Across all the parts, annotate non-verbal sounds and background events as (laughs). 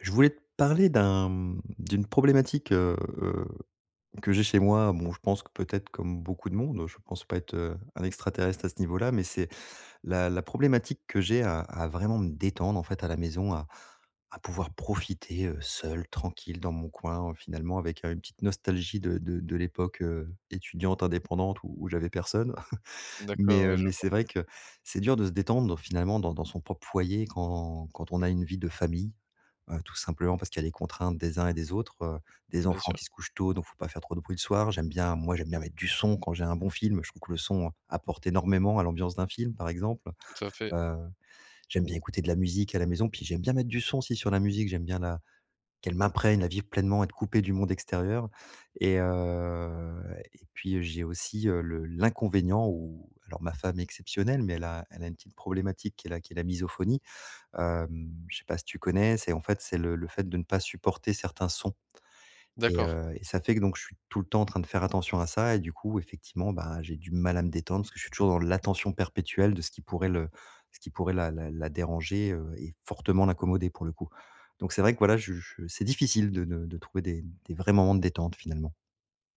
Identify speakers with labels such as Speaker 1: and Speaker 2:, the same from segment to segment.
Speaker 1: Je voulais te parler d'une problématique, heu, que j'ai chez moi. Bon, je pense que peut-être comme beaucoup de monde, je pense pas être, un extraterrestre à ce niveau-là, mais c'est la problématique que j'ai à vraiment me détendre, en fait, à la maison, à pouvoir profiter, seul, tranquille, dans mon coin, finalement, avec, une petite nostalgie de l'époque, étudiante, indépendante où j'avais personne. (laughs) Mais
Speaker 2: D'accord, oui,
Speaker 1: heu,
Speaker 2: je
Speaker 1: mais c'est vrai que c'est dur de se détendre, finalement, dans son propre foyer quand on a une vie de famille, tout simplement parce qu'il y a les contraintes des uns et des autres, des
Speaker 2: bien
Speaker 1: enfants
Speaker 2: sûr,
Speaker 1: qui se couchent tôt, donc faut pas faire trop de bruit le soir. J'aime bien moi, j'aime bien mettre du son quand j'ai un bon film. Je trouve que le son apporte énormément à l'ambiance d'un film, par exemple.
Speaker 2: tout à fait.
Speaker 1: Heu, j'aime bien écouter de la musique à la maison, puis j'aime bien mettre du son aussi sur la musique. J'aime bien la qu'elle m'imprègne, la vivre pleinement, être coupé du monde extérieur et heu et puis, j'ai aussi, le l'inconvénient où alors ma femme est exceptionnelle, mais elle a une petite problématique qui est la misophonie. Je sais pas si tu connais, c'est en fait, c'est le fait de ne pas supporter certains sons. et
Speaker 2: D'accord,
Speaker 1: heu et ça fait que donc je suis tout le temps en train de faire attention à ça et du coup, effectivement, bah, j'ai du mal à me détendre parce que je suis toujours dans l'attention perpétuelle de ce qui pourrait la déranger, et fortement l'accommoder pour le coup. Donc c'est vrai que voilà, je c'est difficile de trouver des vrais moments de détente finalement.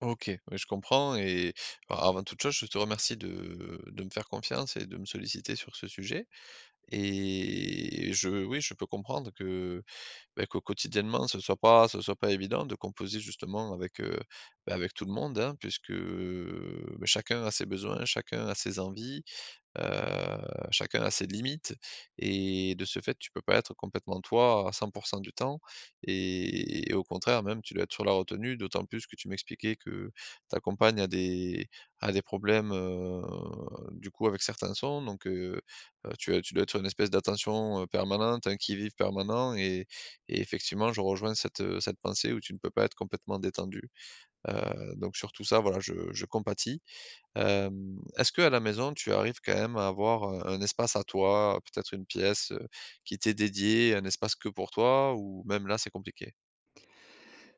Speaker 2: OK, oui, je comprends et a avant toute chose, je te remercie de me faire confiance et de me solliciter sur ce sujet. Et je oui, je peux comprendre que, beh, que quotidiennement, ce soit pas évident de composer justement avec, bah, avec tout le monde, hein, puisque, beh, chacun a ses besoins, chacun a ses envies. Heu, Chacun a ses limites et de ce fait, tu peux pas être complètement toi à 100 du temps et au contraire même, tu dois être sur la retenue, d'autant plus que tu m'expliquais que ta compagne a des problèmes, du coup avec certains sons donc tu dois être sur une espèce d'attention, permanente, un qui-vive permanent et effectivement, je rejoins cette pensée où tu ne peux pas être complètement détendu. Donc sur tout ça, voilà, je compatis. Est-ce que à la maison, tu arrives quand même à avoir, un espace à toi, peut-être une pièce, qui t'est dédiée, un espace que pour toi ou même là, c'est compliqué?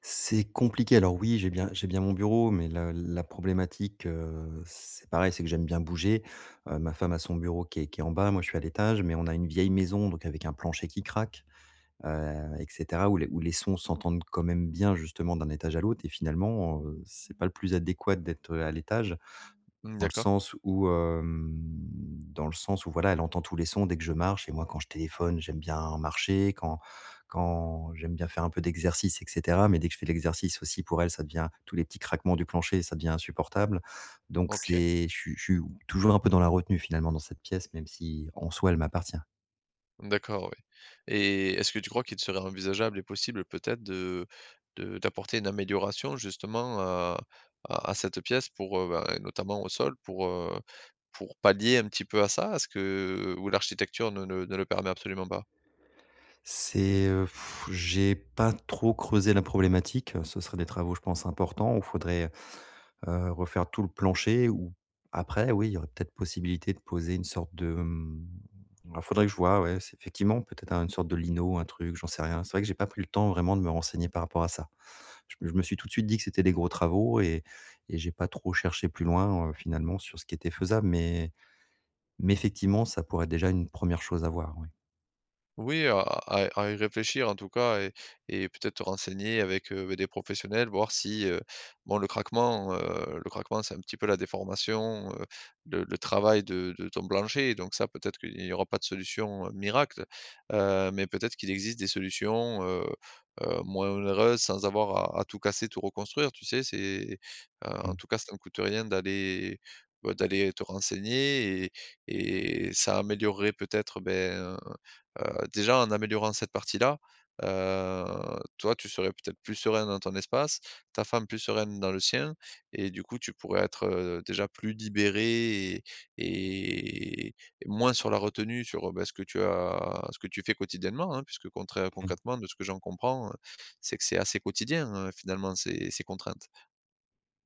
Speaker 1: C'est compliqué. Alors oui, j'ai bien mon bureau, mais la problématique, c'est pareil, c'est que j'aime bien bouger. Ma femme a son bureau qui est en bas, moi je suis à l'étage, mais on a une vieille maison, donc avec un plancher qui craque, et cetera, où les sons s'entendent quand même bien justement d'un étage à l'autre et finalement, c'est pas le plus adéquat d'être à l'étage.
Speaker 2: Mmh,
Speaker 1: Dans le
Speaker 2: d'accord.
Speaker 1: sens où, hem, dans le sens où, voilà, elle entend tous les sons dès que je marche et moi, quand je téléphone, j'aime bien marcher, quand j'aime bien faire un peu d'exercice et cetera, mais dès que je fais de l'exercice aussi, pour elle, ça devient tous les petits craquements du plancher, ça devient insupportable. Donc
Speaker 2: OK.
Speaker 1: c'est je suis toujours un peu dans la retenue, finalement, dans cette pièce, même si, en soi, elle m'appartient.
Speaker 2: D'accord, oui. Et est-ce que tu crois qu'il serait envisageable et possible peut-être de d'apporter une amélioration justement à cette pièce pour, bah, notamment au sol pour pallier un petit peu à ça? Est-ce que ou l'architecture ne le permet absolument pas?
Speaker 1: C'est, heu, j'ai pas trop creusé la problématique. Ce seraient des travaux, je pense, importants où faudrait refaire tout le plancher ou après oui, il y aurait peut-être possibilité de poser une sorte de, alors faudrait que je vois, ouais, c'est effectivement peut-être un une sorte de lino, un truc, j'en sais rien. C'est vrai que j'ai pas pris le temps vraiment de me renseigner par rapport à ça. Je me suis tout de suite dit que c'était des gros travaux et j'ai pas trop cherché plus loin, finalement sur ce qui était faisable, mais effectivement, ça pourrait être déjà une première chose à voir, oui.
Speaker 2: Oui, à y réfléchir en tout cas et peut-être te renseigner avec, des professionnels, voir si, bon le craquement c'est un petit peu la déformation, le travail de ton plancher donc ça peut-être qu'il n'y aura pas de solution, miracle, mais peut-être qu'il existe des solutions, moins onéreuses sans avoir à tout casser, tout reconstruire, tu sais? En
Speaker 1: Mmh
Speaker 2: tout cas ça ne coûte rien bah, d'aller te renseigner et ça améliorerait peut-être, ben, déjà en améliorant cette partie-là, heu, toi tu serais peut-être plus serein dans ton espace, ta femme plus sereine dans le sien et du coup tu pourrais être, déjà plus libéré et et moins sur la retenue sur, bah, ce que tu fais quotidiennement, hein, puisque contrai
Speaker 1: mh.
Speaker 2: concrètement de ce que j'en comprends, c'est que c'est assez quotidien, finalement ces contraintes.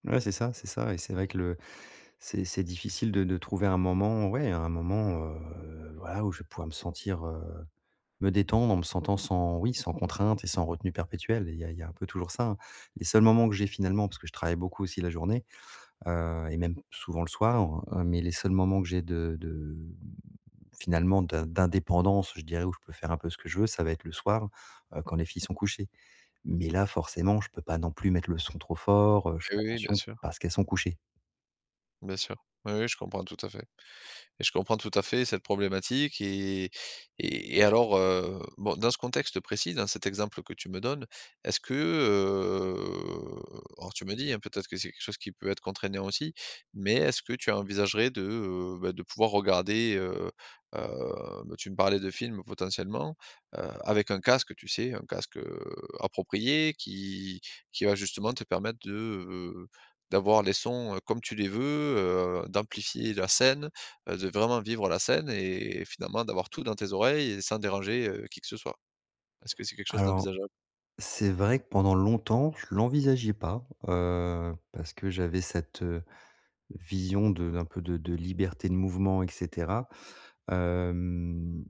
Speaker 1: Ouais, c'est ça et c'est vrai que le c'est difficile de trouver un moment, ouais, un moment, voilà, où je vais pouvoir me sentir, euh, Me détendre en me sentant sans oui, sans contrainte et sans retenue perpétuelle. Il y a un peu toujours ça, hein. Les seuls moments que j'ai finalement, parce que je travaille beaucoup aussi la journée, et même souvent le soir, mais les seuls moments que j'ai de finalement d'indépendance, je dirais, où je peux faire un peu ce que je veux, ça va être le soir, quand les filles sont couchées. Mais là, forcément, je peux pas non plus mettre le son trop fort, je
Speaker 2: Et
Speaker 1: fais
Speaker 2: oui, oui, bien
Speaker 1: attention
Speaker 2: sûr,
Speaker 1: parce qu'elles sont couchées.
Speaker 2: bien sûr. Oui, oui, je comprends tout à fait. Et je comprends tout à fait cette problématique et alors, bon, dans ce contexte précis, dans cet exemple que tu me donnes, est-ce que, alors tu me dis, hein, peut-être que c'est quelque chose qui peut être contraignant aussi, mais est-ce que tu envisagerais bah, de pouvoir regarder, bah, tu me parlais de films potentiellement, avec un casque, tu sais, un casque, approprié qui va justement te permettre d'avoir les sons, comme tu les veux, d'amplifier la scène, de vraiment vivre la scène et finalement d'avoir tout dans tes oreilles et sans déranger, qui que ce soit. Est-ce que c'est quelque chose
Speaker 1: Alors,
Speaker 2: d'envisageable?
Speaker 1: c'est vrai que pendant longtemps, je l'envisageais pas, parce que j'avais cette, vision de d'un peu de liberté de mouvement et cetera. Hem,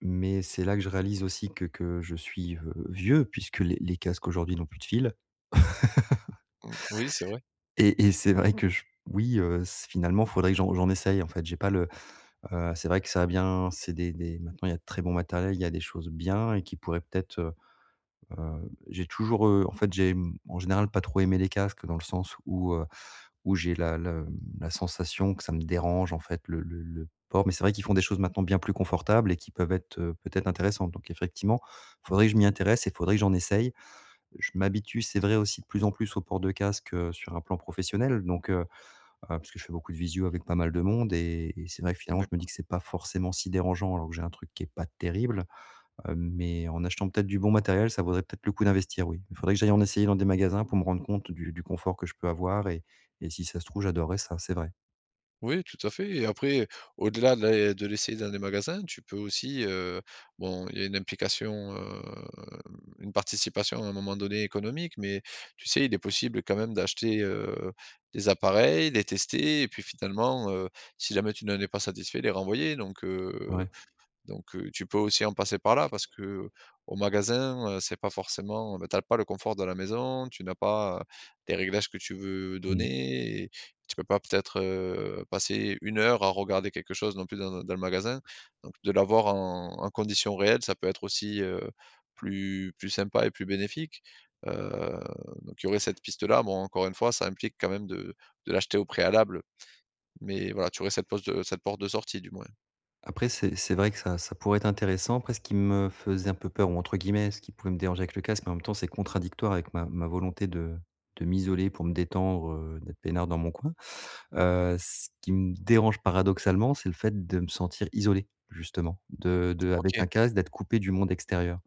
Speaker 1: mais c'est là que je réalise aussi que je suis, vieux puisque les casques aujourd'hui n'ont plus de fil
Speaker 2: Mmh, oui, c'est vrai.
Speaker 1: et c'est vrai que je oui, s finalement, il faudrait que j'en essaye en fait. J'ai pas le C'est vrai que ça a bien c'est des maintenant il y a de très bon matériel il y a des choses bien et qui pourraient peut-être, heu, j'ai toujours, en fait, j'ai, en général pas trop aimé les casques dans le sens où j'ai la sensation que ça me dérange en fait le port. Mais c'est vrai qu'ils font des choses maintenant bien plus confortables et qui peuvent être, peut-être intéressantes. Donc effectivement, faudrait que je m'y intéresse et faudrait que j'en essaye. Je m'habitue, c'est vrai aussi de plus en plus au port de casque, sur un plan professionnel. Donc, parce que je fais beaucoup de visio avec pas mal de monde et c'est vrai que finalement je me dis
Speaker 2: D'accord.
Speaker 1: que c'est pas forcément si dérangeant alors que j'ai un truc qui est pas terrible. Mais en achetant peut-être du bon matériel, ça vaudrait peut-être le coup d'investir, oui. Il faudrait que j'aille en essayer dans des magasins pour me rendre compte du confort que je peux avoir et si ça se trouve, j'adorerais ça, c'est vrai.
Speaker 2: Oui, tout à fait et après, au-delà de l'essayer dans les magasins, tu peux aussi, bon, il y a une implication, une participation à un moment donné économique, mais tu sais, il est possible quand même d'acheter, des appareils, les tester et puis finalement, si jamais tu n'en es pas satisfait, les renvoyer
Speaker 1: Ouais.
Speaker 2: donc, tu peux aussi en passer par là parce que au magasin, c'est pas forcément bah, tu as pas le confort de la maison, tu n'as pas, les réglages que tu veux
Speaker 1: Mmh.
Speaker 2: donner et tu peux pas peut-être, passer une heure à regarder quelque chose non plus dans le magasin. Donc de l'avoir en conditions réelles, ça peut être aussi, plus sympa et plus bénéfique. Heu, donc il y aurait cette piste-là. Bon, encore une fois, ça implique quand même de l'acheter au préalable, mais voilà, tu aurais cette porte de sortie du moins.
Speaker 1: Après c'est vrai que ça pourrait être intéressant. Après ce qui me faisait un peu peur ou entre guillemets, ce qui pouvait me déranger avec le casque, mais en même temps, c'est contradictoire avec ma volonté de m'isoler pour me détendre, d'être peinard dans mon coin. Ce qui me dérange paradoxalement, c'est le fait de me sentir isolé justement, de avec
Speaker 2: OK.
Speaker 1: un casque, d'être coupé du monde extérieur.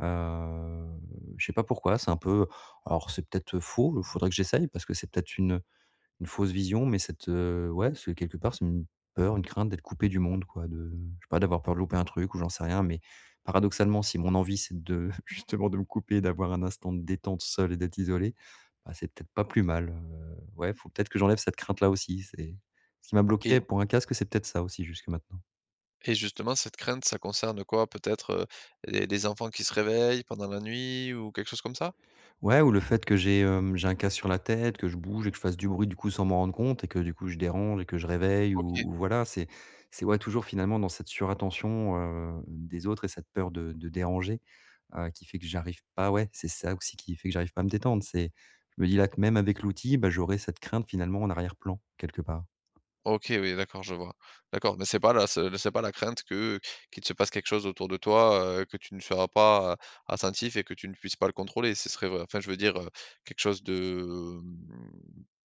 Speaker 1: Heu, je sais pas pourquoi, c'est un peu alors c'est peut-être faux, il faudrait que j'essaye parce que c'est peut-être une fausse vision, mais cette, ouais, c'est quelque part, c'est une peur, une crainte d'être coupé du monde quoi, de je sais pas, d'avoir peur de louper un truc ou j'en sais rien, mais paradoxalement, si mon envie, c'est de (laughs) justement de me couper, d'avoir un instant de détente seul et d'être isolé, bah, c'est peut-être pas plus mal, ouais, faut peut-être que j'enlève cette crainte là aussi, c'est ce qui m'a
Speaker 2: et
Speaker 1: bloqué pour un casque, c'est peut-être ça aussi jusque maintenant.
Speaker 2: Et justement, cette crainte, ça concerne quoi? Peut-être, les enfants qui se réveillent pendant la nuit ou quelque chose comme ça?
Speaker 1: Ouais, ou le fait que j'ai un casque sur la tête, que je bouge et que je fasse du bruit, du coup, sans m'en rendre compte et que, du coup, je dérange et que je réveille ou
Speaker 2: OK.
Speaker 1: ou voilà, ouais, toujours finalement dans cette surattention, des autres et cette peur de déranger, qui fait que j'arrive pas ouais, c'est ça aussi qui fait que j'arrive pas à me détendre. C'est je me dis là que même avec l'outil, bah, j'aurai cette crainte finalement en arrière-plan quelque part.
Speaker 2: OK, oui, d'accord, je vois. D'accord, mais c'est pas la crainte que qu'il se passe quelque chose autour de toi, que tu ne seras pas, attentif et que tu ne puisses pas le contrôler. Ce serait vrai enfin, je veux dire, quelque chose de, mmh,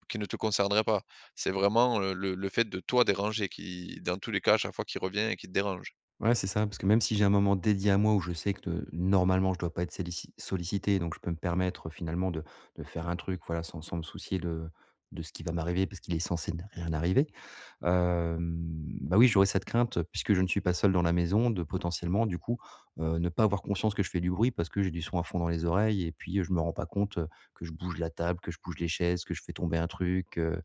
Speaker 2: qui ne te concernerait pas. C'est vraiment, le fait de toi déranger qui, dans tous les cas, à chaque fois qu'il revient et qui te dérange.
Speaker 1: Ouais, c'est ça, parce que même si j'ai un moment dédié à moi où je sais que normalement je dois pas être sollicité, donc je peux me permettre finalement de faire un truc, voilà, sans me soucier de ce qui va m'arriver, parce qu'il est censé ne rien arriver. Bah, oui, j'aurais cette crainte, puisque je ne suis pas seul dans la maison, de potentiellement du coup, ne pas avoir conscience que je fais du bruit parce que j'ai du son à fond dans les oreilles et puis, je me rends pas compte, que je bouge la table, que je bouge les chaises, que je fais tomber un truc,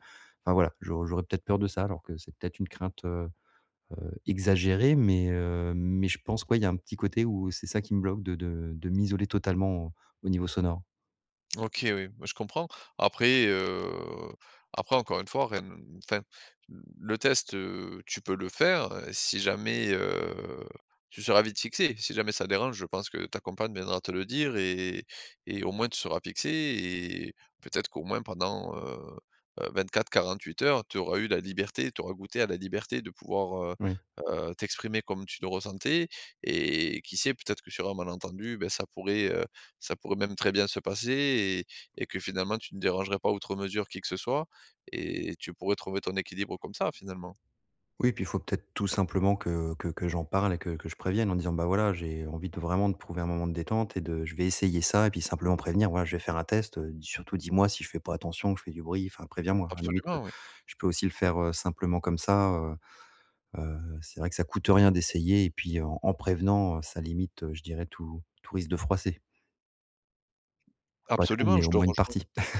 Speaker 1: enfin voilà, j'aurais peut-être peur de ça alors que c'est peut-être une crainte, exagéré, mais mais je pense que ouais, il y a un petit côté où c'est ça qui me bloque de m'isoler totalement au niveau sonore.
Speaker 2: OK, oui, bah, je comprends. Après, heu, après encore une fois, rien ne enfin, le test, tu peux le faire, si jamais, tu seras vite fixé. Si jamais ça dérange, je pense que ta compagne viendra te le dire et au moins tu seras fixé et peut-être qu'au moins pendant, 24-48 heures, tu auras eu la liberté, tu auras goûté à la liberté de pouvoir,
Speaker 1: Oui.
Speaker 2: t'exprimer comme tu le ressentais et qui sait, peut-être que sur un malentendu, ben ça pourrait même très bien se passer et que finalement tu ne dérangerais pas outre mesure qui que ce soit et tu pourrais trouver ton équilibre comme ça, finalement.
Speaker 1: Oui, puis il faut peut-être tout simplement que j'en parle et que je prévienne en disant: «Bah, voilà, j'ai envie de vraiment de trouver un moment de détente et de je vais essayer ça» et puis simplement prévenir: «Voilà, je vais faire un test, surtout dis-moi si je fais pas attention, que je fais du bruit, enfin préviens-moi». À la limite,
Speaker 2: Absolument, oui.
Speaker 1: je peux aussi le faire, simplement comme ça, c'est vrai que ça coûte rien d'essayer et puis en prévenant, ça limite, je dirais tout risque de froisser. Pas tout,
Speaker 2: Absolument,
Speaker 1: mais
Speaker 2: je
Speaker 1: au
Speaker 2: te
Speaker 1: moins une
Speaker 2: rejoins.
Speaker 1: partie. (laughs)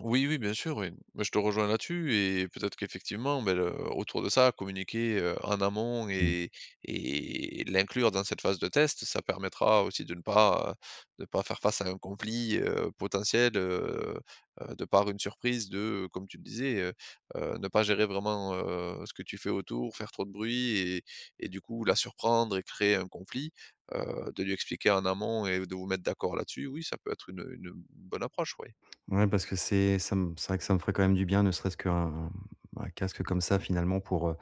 Speaker 2: Oui, oui, bien sûr, oui. Bah, je te rejoins là-dessus et peut-être qu'effectivement, ben, autour de ça, communiquer en amont
Speaker 1: Mmh.
Speaker 2: et l'inclure dans cette phase de test, ça permettra aussi de pas faire face à un conflit potentiel, de par une surprise de, comme tu le disais, ne pas gérer vraiment, ce que tu fais autour, faire trop de bruit et du coup la surprendre et créer un conflit. De lui expliquer en amont et de vous mettre d'accord là-dessus, oui, ça peut être une bonne approche, oui.
Speaker 1: Ouais, parce que c'est vrai que ça me ferait quand même du bien, ne serait-ce qu'un un casque comme ça finalement pour,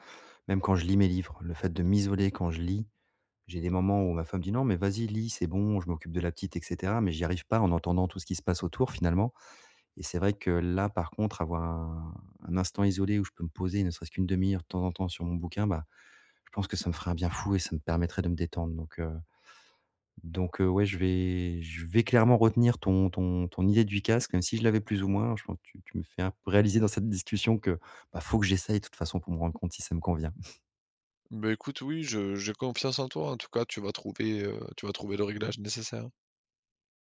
Speaker 1: même quand je lis mes livres, le fait de m'isoler quand je lis, j'ai des moments où ma femme dit: «Non, mais vas-y, lis, c'est bon, je m'occupe de la petite» et cetera, mais j'y arrive pas en entendant tout ce qui se passe autour finalement et c'est vrai que là, par contre, avoir un instant isolé où je peux me poser, ne serait-ce qu'une demi heure de temps en temps sur mon bouquin, bah, je pense que ça me ferait un bien fou et ça me permettrait de me détendre. Donc, ouais, je vais clairement retenir ton idée du casque, même si je l'avais plus ou moins. Je pense que tu me fais un peu réaliser dans cette discussion que, bah, faut que j'essaye de toute façon pour me rendre compte si ça me convient.
Speaker 2: Beh, écoute, oui, je j'ai confiance en toi. En tout cas, tu vas trouver le réglage nécessaire.